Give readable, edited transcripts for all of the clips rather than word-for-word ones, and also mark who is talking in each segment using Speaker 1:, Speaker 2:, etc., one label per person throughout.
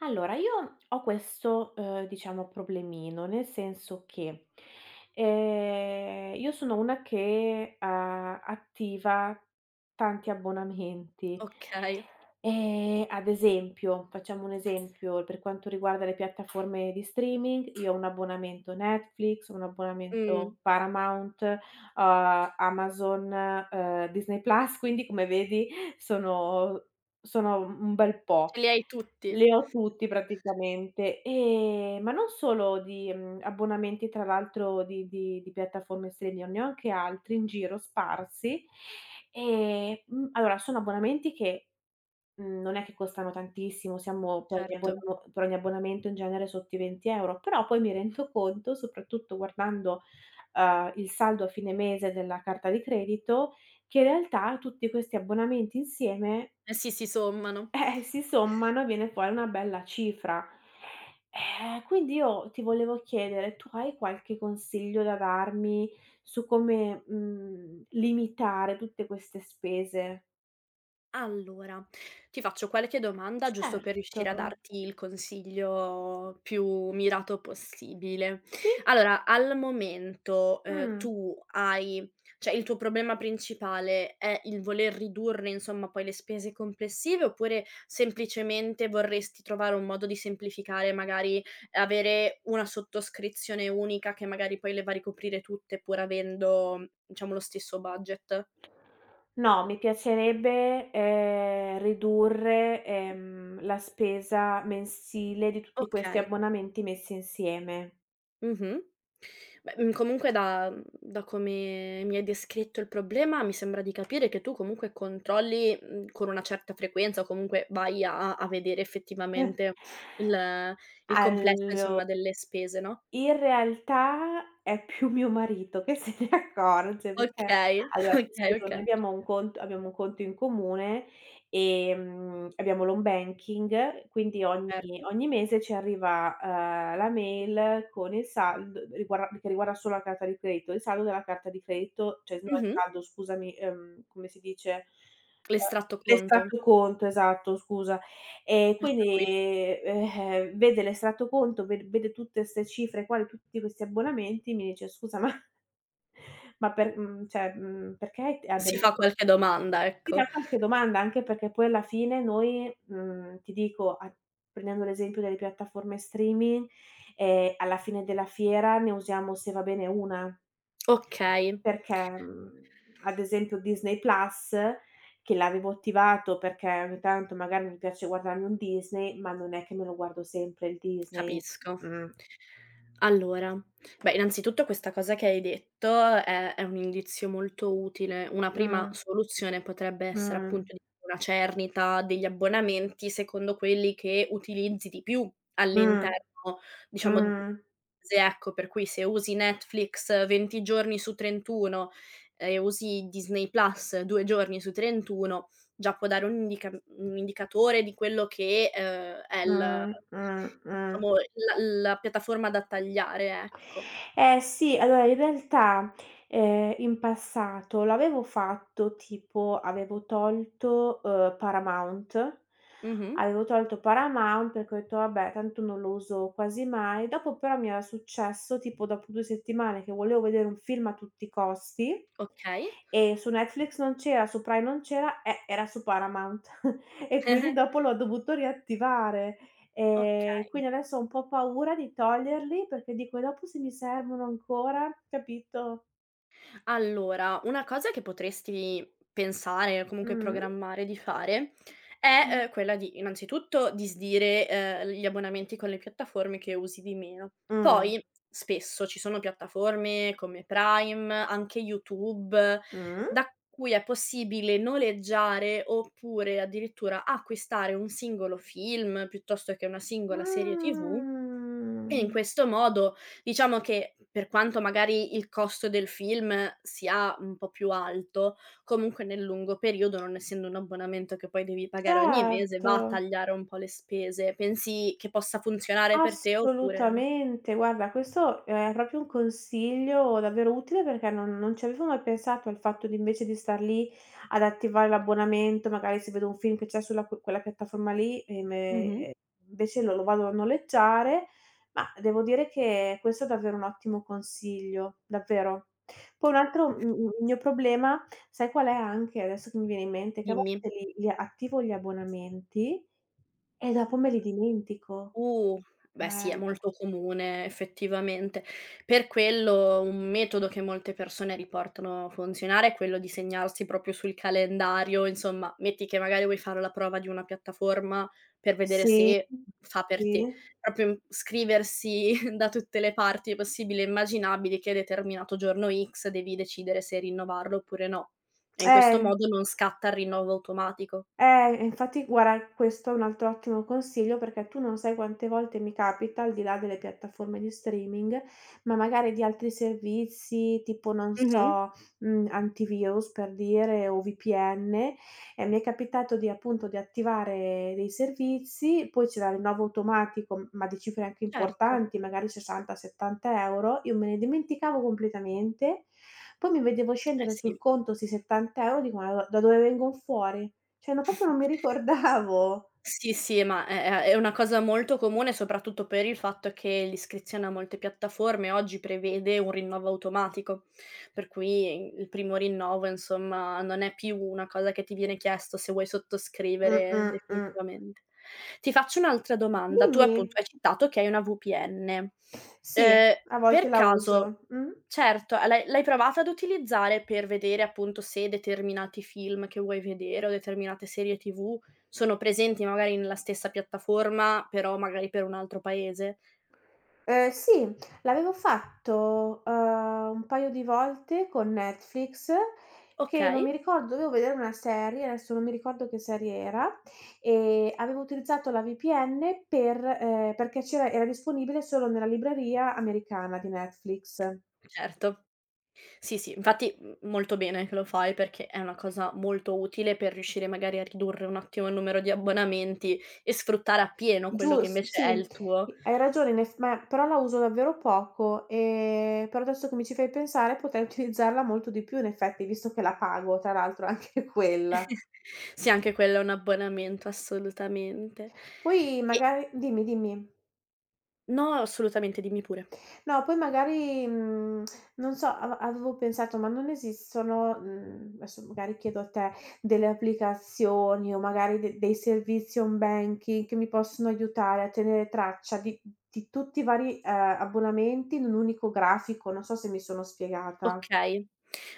Speaker 1: Allora, io ho questo, diciamo, problemino, nel senso che, io sono una che, attiva tanti abbonamenti.
Speaker 2: Okay.
Speaker 1: Ad esempio, facciamo un esempio, per quanto riguarda le piattaforme di streaming, io ho un abbonamento Netflix, un
Speaker 2: Mh.
Speaker 1: abbonamento Paramount, Amazon, Disney Plus, quindi come vedi sono sono un bel
Speaker 2: Ce
Speaker 1: po'.
Speaker 2: li hai tutti.
Speaker 1: Le ho tutti praticamente, ma non solo di, abbonamenti tra l'altro di piattaforme streaming, ne ho anche altri in giro sparsi. Allora sono abbonamenti che, non è che costano tantissimo, siamo
Speaker 2: Certo.
Speaker 1: per ogni abbonamento in genere sotto i 20 €, però poi mi rendo conto, soprattutto guardando, il saldo a fine mese della carta di credito, che in realtà tutti questi abbonamenti insieme
Speaker 2: Eh sì, si sommano.
Speaker 1: si sommano e viene fuori una bella cifra. Quindi io ti volevo chiedere, tu hai qualche consiglio da darmi su come, limitare tutte queste spese?
Speaker 2: Allora, ti faccio qualche domanda giusto per
Speaker 1: Certo.
Speaker 2: riuscire a darti il consiglio più mirato possibile.
Speaker 1: Sì?
Speaker 2: Allora, al momento,
Speaker 1: Mh.
Speaker 2: tu hai cioè il tuo problema principale è il voler ridurre, insomma, poi le spese complessive, oppure semplicemente vorresti trovare un modo di semplificare, magari avere una sottoscrizione unica che magari poi le va a ricoprire tutte pur avendo, diciamo, lo stesso budget?
Speaker 1: No, mi piacerebbe, ridurre, la spesa mensile di tutti questi
Speaker 2: Okay.
Speaker 1: abbonamenti messi insieme.
Speaker 2: Mh-mh. Beh, comunque da come mi hai descritto il problema, mi sembra di capire che tu comunque controlli, mhmm, con una certa frequenza o comunque vai a vedere effettivamente il il complesso
Speaker 1: Al
Speaker 2: insomma delle spese, no?
Speaker 1: In realtà è più mio marito che se ne accorge perché
Speaker 2: Okay,
Speaker 1: allora ti
Speaker 2: okay,
Speaker 1: spiego, noi
Speaker 2: okay.
Speaker 1: abbiamo un conto in comune, abbiamo l'home banking, quindi ogni
Speaker 2: Certo.
Speaker 1: ogni mese ci arriva, la mail con il saldo riguarda che riguarda solo la carta di credito, il saldo della carta di credito, cioè no il
Speaker 2: Mh-mh.
Speaker 1: saldo scusami, come si dice,
Speaker 2: L'estratto conto.
Speaker 1: l'estratto conto, esatto scusa. E
Speaker 2: Ah,
Speaker 1: quindi,
Speaker 2: tranqui
Speaker 1: vede l'estratto conto, vede tutte 'ste cifre qua, di tutti questi abbonamenti, mi dice: "Scusa, ma ma per cioè, perché t
Speaker 2: si
Speaker 1: abbiamo".
Speaker 2: fa qualche domanda,
Speaker 1: Ti fa
Speaker 2: ecco.
Speaker 1: qualche domanda, anche perché poi alla fine noi, ti dico, a prendendo l'esempio delle piattaforme streaming, alla fine della fiera ne usiamo, se va bene, 1.
Speaker 2: Okay.
Speaker 1: Perché, ad esempio Disney Plus, che l'avevo attivato perché ogni tanto magari mi piace guardarmi un Disney, ma non è che me lo guardo sempre il Disney.
Speaker 2: Capisco.
Speaker 1: Mh.
Speaker 2: Allora, beh, innanzitutto questa cosa che hai detto è un indizio molto utile. Una prima
Speaker 1: Mh.
Speaker 2: soluzione potrebbe essere
Speaker 1: Mh.
Speaker 2: appunto di una cernita degli abbonamenti secondo quelli che utilizzi di più
Speaker 1: Mh.
Speaker 2: all'interno, diciamo, d
Speaker 1: Mh.
Speaker 2: se ecco, per cui se usi Netflix 20 giorni su 31 e usi Disney Plus 2 giorni su 31, già può dare un indicatore di quello che, è il
Speaker 1: Mh. Mh. Mh.
Speaker 2: diciamo la piattaforma da tagliare, ecco.
Speaker 1: Eh sì, allora in realtà, in passato l'avevo fatto, tipo
Speaker 2: Mh-mh.
Speaker 1: avevo tolto Paramount perché ho detto: "Vabbè, tanto non lo uso quasi mai". Dopo però mi era successo, tipo dopo 2 settimane, che volevo vedere un film a tutti i costi
Speaker 2: Okay.
Speaker 1: e su Netflix non c'era, su Prime non c'era, era su Paramount e quindi
Speaker 2: Eh-eh.
Speaker 1: dopo l'ho dovuto riattivare.
Speaker 2: Oka
Speaker 1: Quindi adesso ho un po' paura di toglierli perché dico: "E dopo se mi servono ancora?" Capito?
Speaker 2: Allora, una cosa che potresti pensare, o comunque
Speaker 1: Mh.
Speaker 2: programmare di fare, è,
Speaker 1: Mh.
Speaker 2: quella di innanzitutto disdire, gli abbonamenti con le piattaforme che usi di meno.
Speaker 1: Mh.
Speaker 2: Poi, spesso ci sono piattaforme come Prime, anche YouTube,
Speaker 1: Mh.
Speaker 2: da cui è possibile noleggiare, oppure addirittura acquistare un singolo film, piuttosto che una singola serie TV e in
Speaker 1: Mh.
Speaker 2: questo modo, diciamo che, per quanto magari il costo del film sia un po' più alto, comunque nel lungo periodo, non essendo un abbonamento che poi devi pagare ogni mese, va a
Speaker 1: Certo.
Speaker 2: tagliare un po' le spese. Pensi che possa funzionare per te oppure
Speaker 1: Assolutamente, guarda, questo è proprio un consiglio davvero utile perché non ci avevo mai pensato al fatto di invece di star lì ad attivare l'abbonamento, magari se vedo un film che c'è sulla quella piattaforma lì,
Speaker 2: mh-mh,
Speaker 1: invece lo vado a noleggiare, ma devo dire che questo è davvero un ottimo consiglio, davvero. Poi un altro m m mio problema, sai qual è anche, adesso che mi viene in mente, che a volte
Speaker 2: dimmi.
Speaker 1: li attivo gli abbonamenti e dopo me li dimentico.
Speaker 2: Uh, beh sì, è
Speaker 1: Eh,
Speaker 2: molto comune effettivamente. Per quello un metodo che molte persone riportano a funzionare è quello di segnarsi proprio sul calendario, insomma, metti che magari vuoi fare la prova di una piattaforma per vedere
Speaker 1: sì,
Speaker 2: se fa per te.
Speaker 1: sì.
Speaker 2: Proprio scriversi da tutte le parti possibili e immaginabili che determinato giorno X devi decidere se rinnovarlo oppure no. E in questo
Speaker 1: Eh.
Speaker 2: modo non scatta il rinnovo automatico.
Speaker 1: Eh, e infatti guarda, questo è un altro ottimo consiglio perché tu non sai quante volte mi capita, al di là delle piattaforme di streaming, ma magari di altri servizi tipo, non
Speaker 2: Mh-mh,
Speaker 1: so, antivirus per dire o VPN, e mi è capitato di appunto di attivare dei servizi, poi c'era il rinnovo automatico, ma di cifre anche
Speaker 2: certo.
Speaker 1: importanti, magari 60, 70 €, io me ne dimenticavo completamente, poi mi vedevo
Speaker 2: Eh
Speaker 1: scendere sul
Speaker 2: sì.
Speaker 1: conto 'sti 70 € dico: "Ma da dove vengon fuori?" Cioè, no, proprio non mi ricordavo.
Speaker 2: Sì, sì, ma è una cosa molto comune, soprattutto per il fatto che l'iscrizione a molte piattaforme oggi prevede un rinnovo automatico, per cui il primo rinnovo, insomma, non è più una cosa che ti viene chiesto se vuoi sottoscrivere
Speaker 1: Mh-mh.
Speaker 2: definitivamente. Ti faccio un'altra domanda: tu
Speaker 1: Dimmi.
Speaker 2: appunto hai citato che hai una VPN.
Speaker 1: Sì,
Speaker 2: Ehm,
Speaker 1: a volte
Speaker 2: per
Speaker 1: la
Speaker 2: caso
Speaker 1: uso. Mh.
Speaker 2: certo, e l'hai provata ad utilizzare per vedere appunto se determinati film che vuoi vedere o determinate serie TV sono presenti magari nella stessa piattaforma, però magari per un altro paese?
Speaker 1: Sì, l'avevo fatto, un paio di volte con Netflix, che non
Speaker 2: Okay,
Speaker 1: mi ricordo dovevo vedere una serie, adesso non mi ricordo che serie era, e avevo utilizzato la VPN perché c'era era disponibile solo nella libreria americana di Netflix.
Speaker 2: certo. Sì, sì, infatti, mhmm, molto bene che lo fai perché è una cosa molto utile per riuscire magari a ridurre un attimo il numero di abbonamenti e sfruttare appieno quello che
Speaker 1: Gius
Speaker 2: invece è
Speaker 1: sì,
Speaker 2: il tuo.
Speaker 1: i hai ragione in eff ma però la uso davvero poco, però adesso che mi ci fai pensare potrei utilizzarla molto di più in effetti, visto che la pago tra l'altro anche quella.
Speaker 2: Sì, anche quello è un abbonamento, assolutamente.
Speaker 1: Poi
Speaker 2: E
Speaker 1: magari dimmi, dimmi.
Speaker 2: no, assolutamente, dimmi pure.
Speaker 1: No, poi magari, non so, avevo pensato, ma non esistono, adesso magari chiedo a te, delle applicazioni o magari de dei servizi home banking che mi possono aiutare a tenere traccia di tutti i vari, abbonamenti in un unico grafico, non so se mi sono spiegata.
Speaker 2: Okay.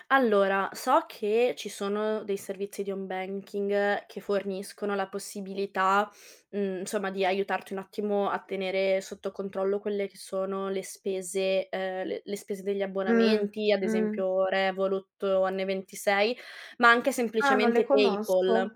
Speaker 2: Allora, so che ci sono dei servizi di home banking che forniscono la possibilità, mhmm, insomma, di aiutarti un attimo a tenere sotto controllo quelle che sono le spese le spese degli
Speaker 1: Mh,
Speaker 2: abbonamenti, ad
Speaker 1: mh.
Speaker 2: esempio Revolut o N26, ma anche
Speaker 1: Ah, non le
Speaker 2: semplicemente PayPal.
Speaker 1: conosco.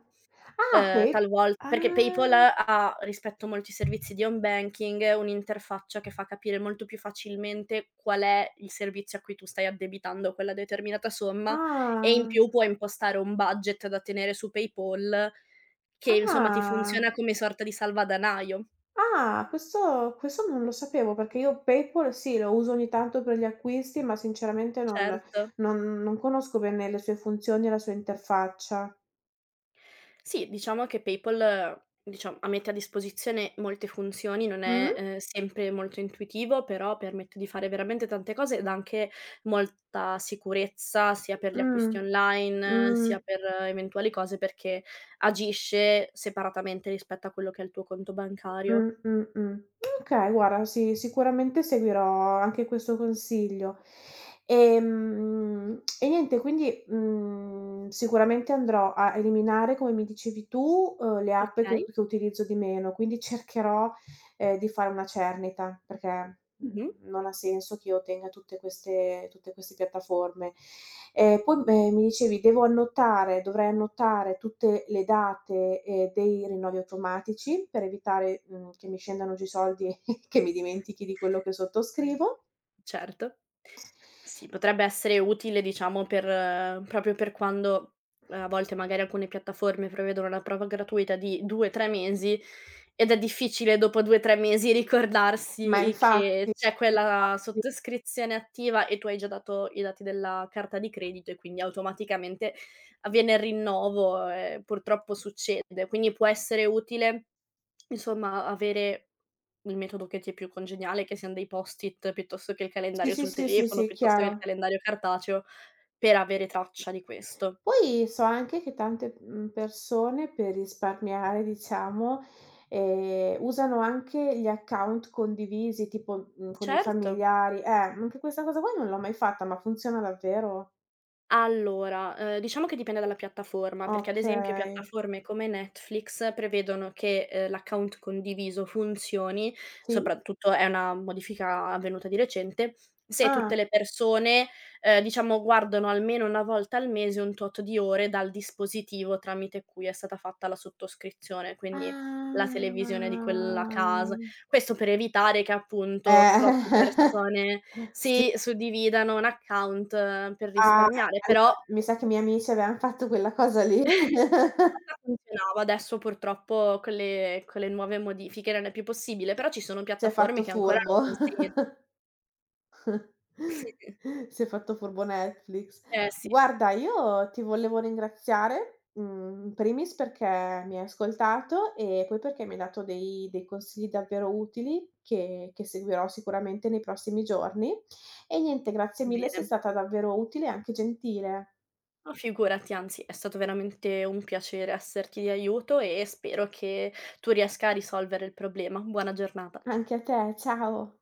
Speaker 1: Ah, pe
Speaker 2: Talvol
Speaker 1: ah,
Speaker 2: perché PayPal ha, rispetto a molti servizi di home banking, un'interfaccia che fa capire molto più facilmente qual è il servizio a cui tu stai addebitando quella determinata somma, e in
Speaker 1: ah,
Speaker 2: più puoi impostare un budget da tenere su PayPal che, insomma, ti
Speaker 1: ah.
Speaker 2: funziona come sorta di salvadanaio.
Speaker 1: Ah, questo non lo sapevo, perché io PayPal sì, lo uso ogni tanto per gli acquisti, ma sinceramente non
Speaker 2: Certo.
Speaker 1: non non conosco bene le sue funzioni e la sua interfaccia.
Speaker 2: Sì, diciamo che PayPal, diciam a mette a disposizione molte funzioni, non è,
Speaker 1: Mh?
Speaker 2: sempre molto intuitivo, però permette di fare veramente tante cose e dà anche molta sicurezza, sia per gli acquisti
Speaker 1: Mh.
Speaker 2: online,
Speaker 1: Mh.
Speaker 2: sia per eventuali cose, perché agisce separatamente rispetto a quello che è il tuo conto
Speaker 1: Mh,
Speaker 2: bancario.
Speaker 1: mh, mh. Okay, guarda, sì, sicuramente seguirò anche questo consiglio. E niente, quindi, sicuramente andrò a eliminare, come mi dicevi tu, le app
Speaker 2: Okay.
Speaker 1: che utilizzo di meno, quindi cercherò di fare una cernita, perché,
Speaker 2: Mh-mh.
Speaker 1: non ha senso che io tenga tutte queste piattaforme. E poi, mi dicevi devo annotare dovrei annotare tutte le date, dei rinnovi automatici per evitare, che mi scendano giù i soldi e che mi dimentichi di quello che sottoscrivo.
Speaker 2: Certo. Sì, potrebbe essere utile diciamo per proprio per quando, a volte magari alcune piattaforme prevedono la prova gratuita di 2, 3 mesi ed è difficile dopo 2, 3 mesi
Speaker 1: Ma
Speaker 2: ricordarsi che
Speaker 1: infatti
Speaker 2: c'è quella
Speaker 1: infatti
Speaker 2: sottoscrizione attiva e tu hai già dato i dati della carta di credito e quindi automaticamente avviene il rinnovo e purtroppo succede. Quindi può essere utile, insomma, avere il metodo che ti è più congeniale, che sian dei post-it piuttosto che il
Speaker 1: sì,
Speaker 2: calendario
Speaker 1: sì,
Speaker 2: sul
Speaker 1: sì, sì,
Speaker 2: telefono,
Speaker 1: sì,
Speaker 2: piuttosto che il
Speaker 1: chiaro.
Speaker 2: calendario cartaceo, per avere traccia di questo.
Speaker 1: Poi so anche che tante, persone per risparmiare diciamo, usano anche gli account condivisi, tipo, con i
Speaker 2: Certo.
Speaker 1: familiari. Anche questa cosa qua non l'ho mai fatta, ma funziona davvero?
Speaker 2: Allora, diciamo che dipende dalla piattaforma, perché ad esempio
Speaker 1: Okay.
Speaker 2: piattaforme come Netflix prevedono che, l'account condiviso funzioni,
Speaker 1: Sì?
Speaker 2: soprattutto è una modifica avvenuta di recente, se
Speaker 1: Ah.
Speaker 2: tutte le persone, diciamo guardano almeno una volta al mese un tot di ore dal dispositivo tramite cui è stata fatta la sottoscrizione, quindi la
Speaker 1: Ah.
Speaker 2: televisione di quella casa questo per evitare che appunto troppe
Speaker 1: Eh.
Speaker 2: persone
Speaker 1: Sì.
Speaker 2: si suddividano un account per
Speaker 1: Ah,
Speaker 2: risparmiare,
Speaker 1: allora
Speaker 2: però
Speaker 1: mi sa che i miei amici avevan fatto quella cosa lì.
Speaker 2: una volta funzionava, adesso purtroppo con le nuove modifiche non è più possibile, però ci sono
Speaker 1: Si è
Speaker 2: piattaforme
Speaker 1: fatto
Speaker 2: che ancora lo
Speaker 1: furbo.
Speaker 2: consen
Speaker 1: Si è fatto furbo Netflix.
Speaker 2: eh sì.
Speaker 1: Guarda, io ti volevo ringraziare, in primis perché mi hai ascoltato e poi perché mi hai dato dei consigli davvero utili che seguirò sicuramente nei prossimi giorni. E niente, grazie mille, sei
Speaker 2: Bene.
Speaker 1: stata davvero utile e anche gentile.
Speaker 2: Ma figurati, anzi è stato veramente un piacere esserti di aiuto e spero che tu riesca a risolvere il problema. Buona giornata.
Speaker 1: Anche a te, ciao.